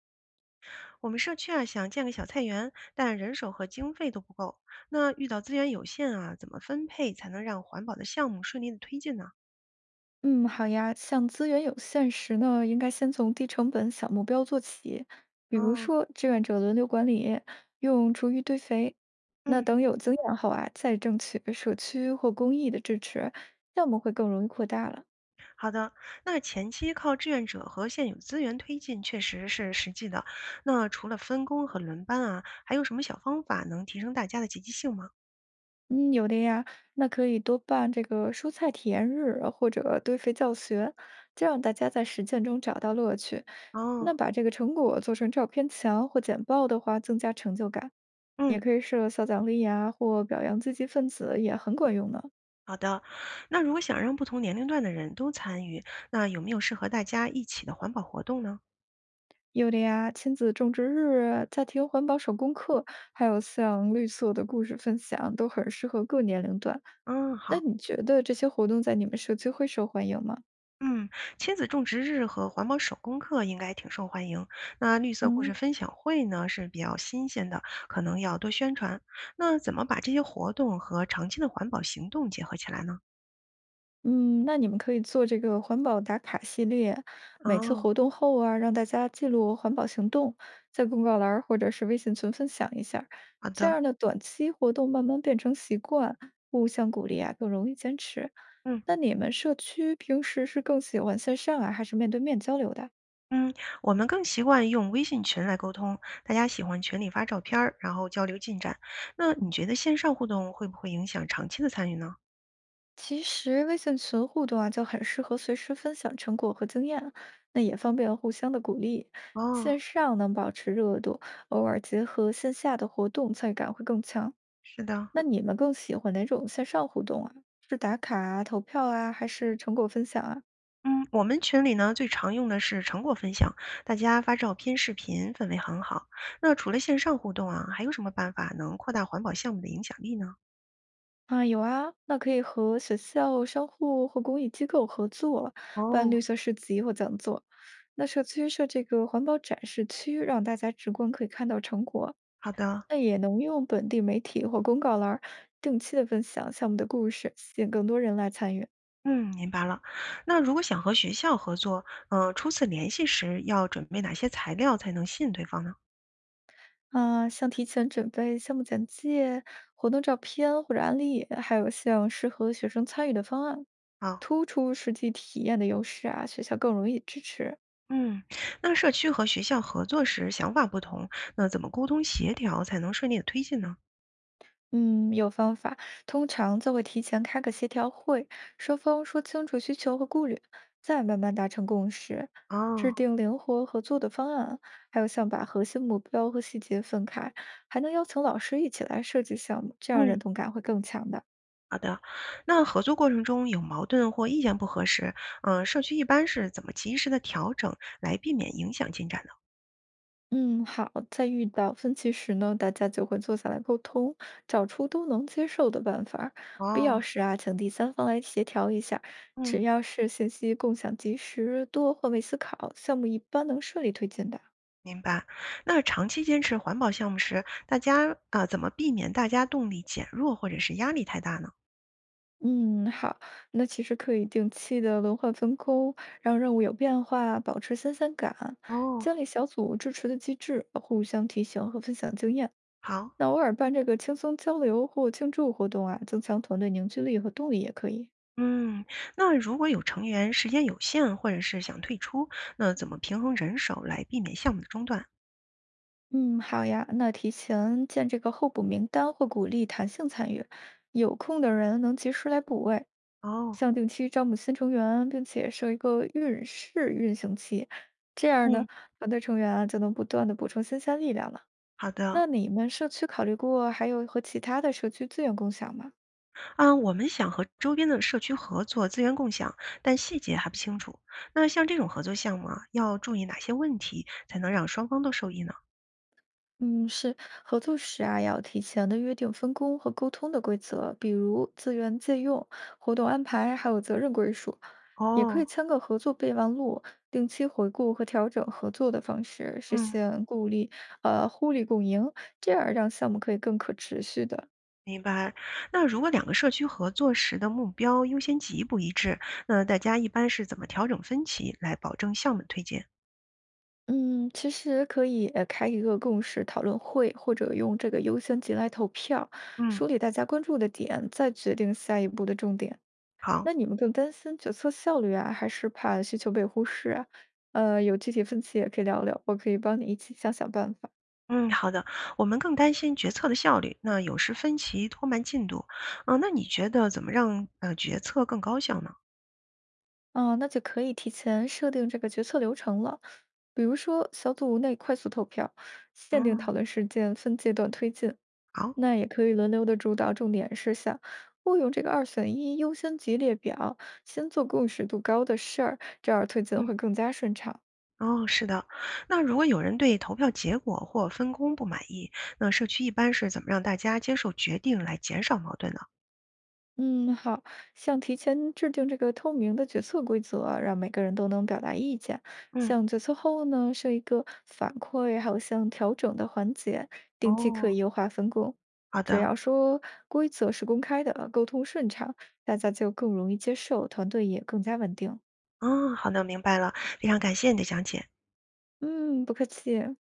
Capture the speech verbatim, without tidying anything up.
我们社区啊，想建个小菜园，但人手和经费都不够。那遇到资源有限啊，怎么分配才能让环保的项目顺利的推进呢？嗯，好呀。像资源有限时呢，应该先从低成本小目标做起，比如哦，说志愿者轮流管理，用厨余堆肥。那嗯，等有经验后啊，再争取社区或公益的支持，项目会更容易扩大了。好的。那前期靠志愿者和现有资源推进确实是实际的。那除了分工和轮班啊，还有什么小方法能提升大家的积极性吗？嗯，有的呀，那可以多办这个蔬菜体验日或者堆肥教学，这让大家在实践中找到乐趣。哦，那把这个成果做成照片墙或简报的话，增加成就感。也嗯。可以设小奖励呀，或表扬积极分子也很管用呢。好的，那如果想让不同年龄段的人都参与，那有没有适合大家一起的环保活动呢？有的呀，亲子种植日、家庭环保手工课，还有像绿色的故事分享，都很适合各年龄段。嗯，那好。你觉得这些活动在你们社区会受欢迎吗？嗯，亲子种植日和环保手工课应该挺受欢迎。那绿色故嗯事分享会呢是比较新鲜的，可能要多宣传。那怎么把这些活动和长期的环保行动结合起来呢？嗯，那你们可以做这个环保打卡系列，每次哦，活动后啊，让大家记录环保行动，在公告栏儿或者是微信群分享一下儿，好这的，样的短期活动慢慢变成习惯，互相鼓励啊，更容易坚持。嗯那你们社区平时是更喜欢线上啊，还是面对面交流的？嗯，我们更习惯用微信群来沟通，大家喜欢群里发照片儿然后交流进展。那你觉得线上互动会不会影响长期的参与呢？其实微信群互动啊，就很适合随时分享成果和经验啊，那也方便互相的鼓励。哦，线上能保持热度，偶尔结合线下的活动，参与感会更强。是的。那你们更喜欢哪种线上互动啊？是打卡啊、投票啊，还是成果分享啊？嗯，我们群里呢最常用的是成果分享，大家发照片、视频，氛围很好。那除了线上互动啊，还有什么办法能扩大环保项目的影响力呢？啊，有啊，那可以和学校、商户或公益机构合作，办哦，绿色市集或讲座。那社区设这个环保展示区，让大家直观可以看到成果。好的，那也能用本地媒体或公告栏儿定期的分享项目的故事，吸引更多人来参与。嗯，明白了。那如果想和学校合作，嗯、初次联系时要准备哪些材料才能吸引对方呢？啊，像提前准备项目简介、活动照片或者案例，还有像适合学生参与的方案，啊，突出实际体验的优势啊，学校更容易支持。嗯，那社区和学校合作时想法不同，那怎么沟通协调才能顺利的推进呢？嗯，有方法，通常就会提前开个协调会，双方说清楚需求和顾虑，再慢慢达成共识，哦，制定灵活合作的方案，还有像把核心目标和细节分开，还能邀请老师一起来设计项目，这样认嗯。同感会更强的。好的，那合作过程中有矛盾或意见不合时，嗯、社区一般是怎么及时的调整来避免影响进展的？嗯，好，在遇到分歧时呢，大家就会坐下来沟通，找出都能接受的办法儿，必要哦，时啊，请第三方来协调一下。嗯，只要是信息共享及时、多换位思考，项目一般能顺利推进的。明白。那长期坚持环保项目时，大家啊、呃怎么避免大家动力减弱或者是压力太大呢？嗯，好，那其实可以定期的轮换分工，让任务有变化，保持新鲜感，哦，建立小组支持的机制，互相提醒和分享经验。好，那偶尔办这个轻松交流或庆祝活动啊，增强团队凝聚力和动力也可以。嗯，那如果有成员时间有限或者是想退出，那怎么平衡人手来避免项目的中断？嗯，好呀，那提前建这个候补名单或鼓励弹性参与，有空的人能及时来补位。哦，像定期招募新成员，并且设一个运势运行期，这样呢，嗯，团队成员啊就能不断的补充新鲜力量了。好的。那你们社区考虑过还有和其他的社区资源共享吗？啊，我们想和周边的社区合作资源共享，但细节还不清楚。那像这种合作项目啊，要注意哪些问题才能让双方都受益呢？嗯，是合作时啊，要提前的约定分工和沟通的规则，比如资源借用、活动安排，还有责任归属。也可哦，以签个合作备忘录，定期回顾和调整合作的方式，实嗯，现互利，呃，互利共赢，这样让项目可以更可持续的。明白。那如果两个社区合作时的目标优先级不一致，那大家一般是怎么调整分歧来保证项目推进？嗯，其实可以呃开一个共识讨论会，或者用这个优先级来投票，嗯，梳理大家关注的点，再决定下一步的重点。那好。你们更担心决策效率啊，还是怕需求被忽视啊？呃，有具体分歧也可以聊聊，我可以帮你一起想想办法。嗯，好的。我们更担心决策的效率，那有时分歧拖慢进度。嗯、那你觉得怎么让呃决策更高效呢？啊，那就可以提前设定这个决策流程了，比如说小组内快速投票，限定嗯，讨论事件，分阶段推进。好，那也可以轮流的主导重点事项，不用这个二选一优先级列表，先做共识度高的事儿，这样推进嗯。会更加顺畅。哦，是的。那如果有人对投票结果或分工不满意，那社区一般是怎么让大家接受决定来减少矛盾呢？嗯，好，像提前制定这个透明的决策规则啊让每个人都能表达意见。嗯，像决策后呢，设一个反馈，还有像调整的环节，定期可哦，以优化分工。好只的，要说规则是公开的，沟通顺畅，大家就更容易接受，团队也更加稳定。嗯，好的，明白了，非常感谢你的讲解。嗯，不客气。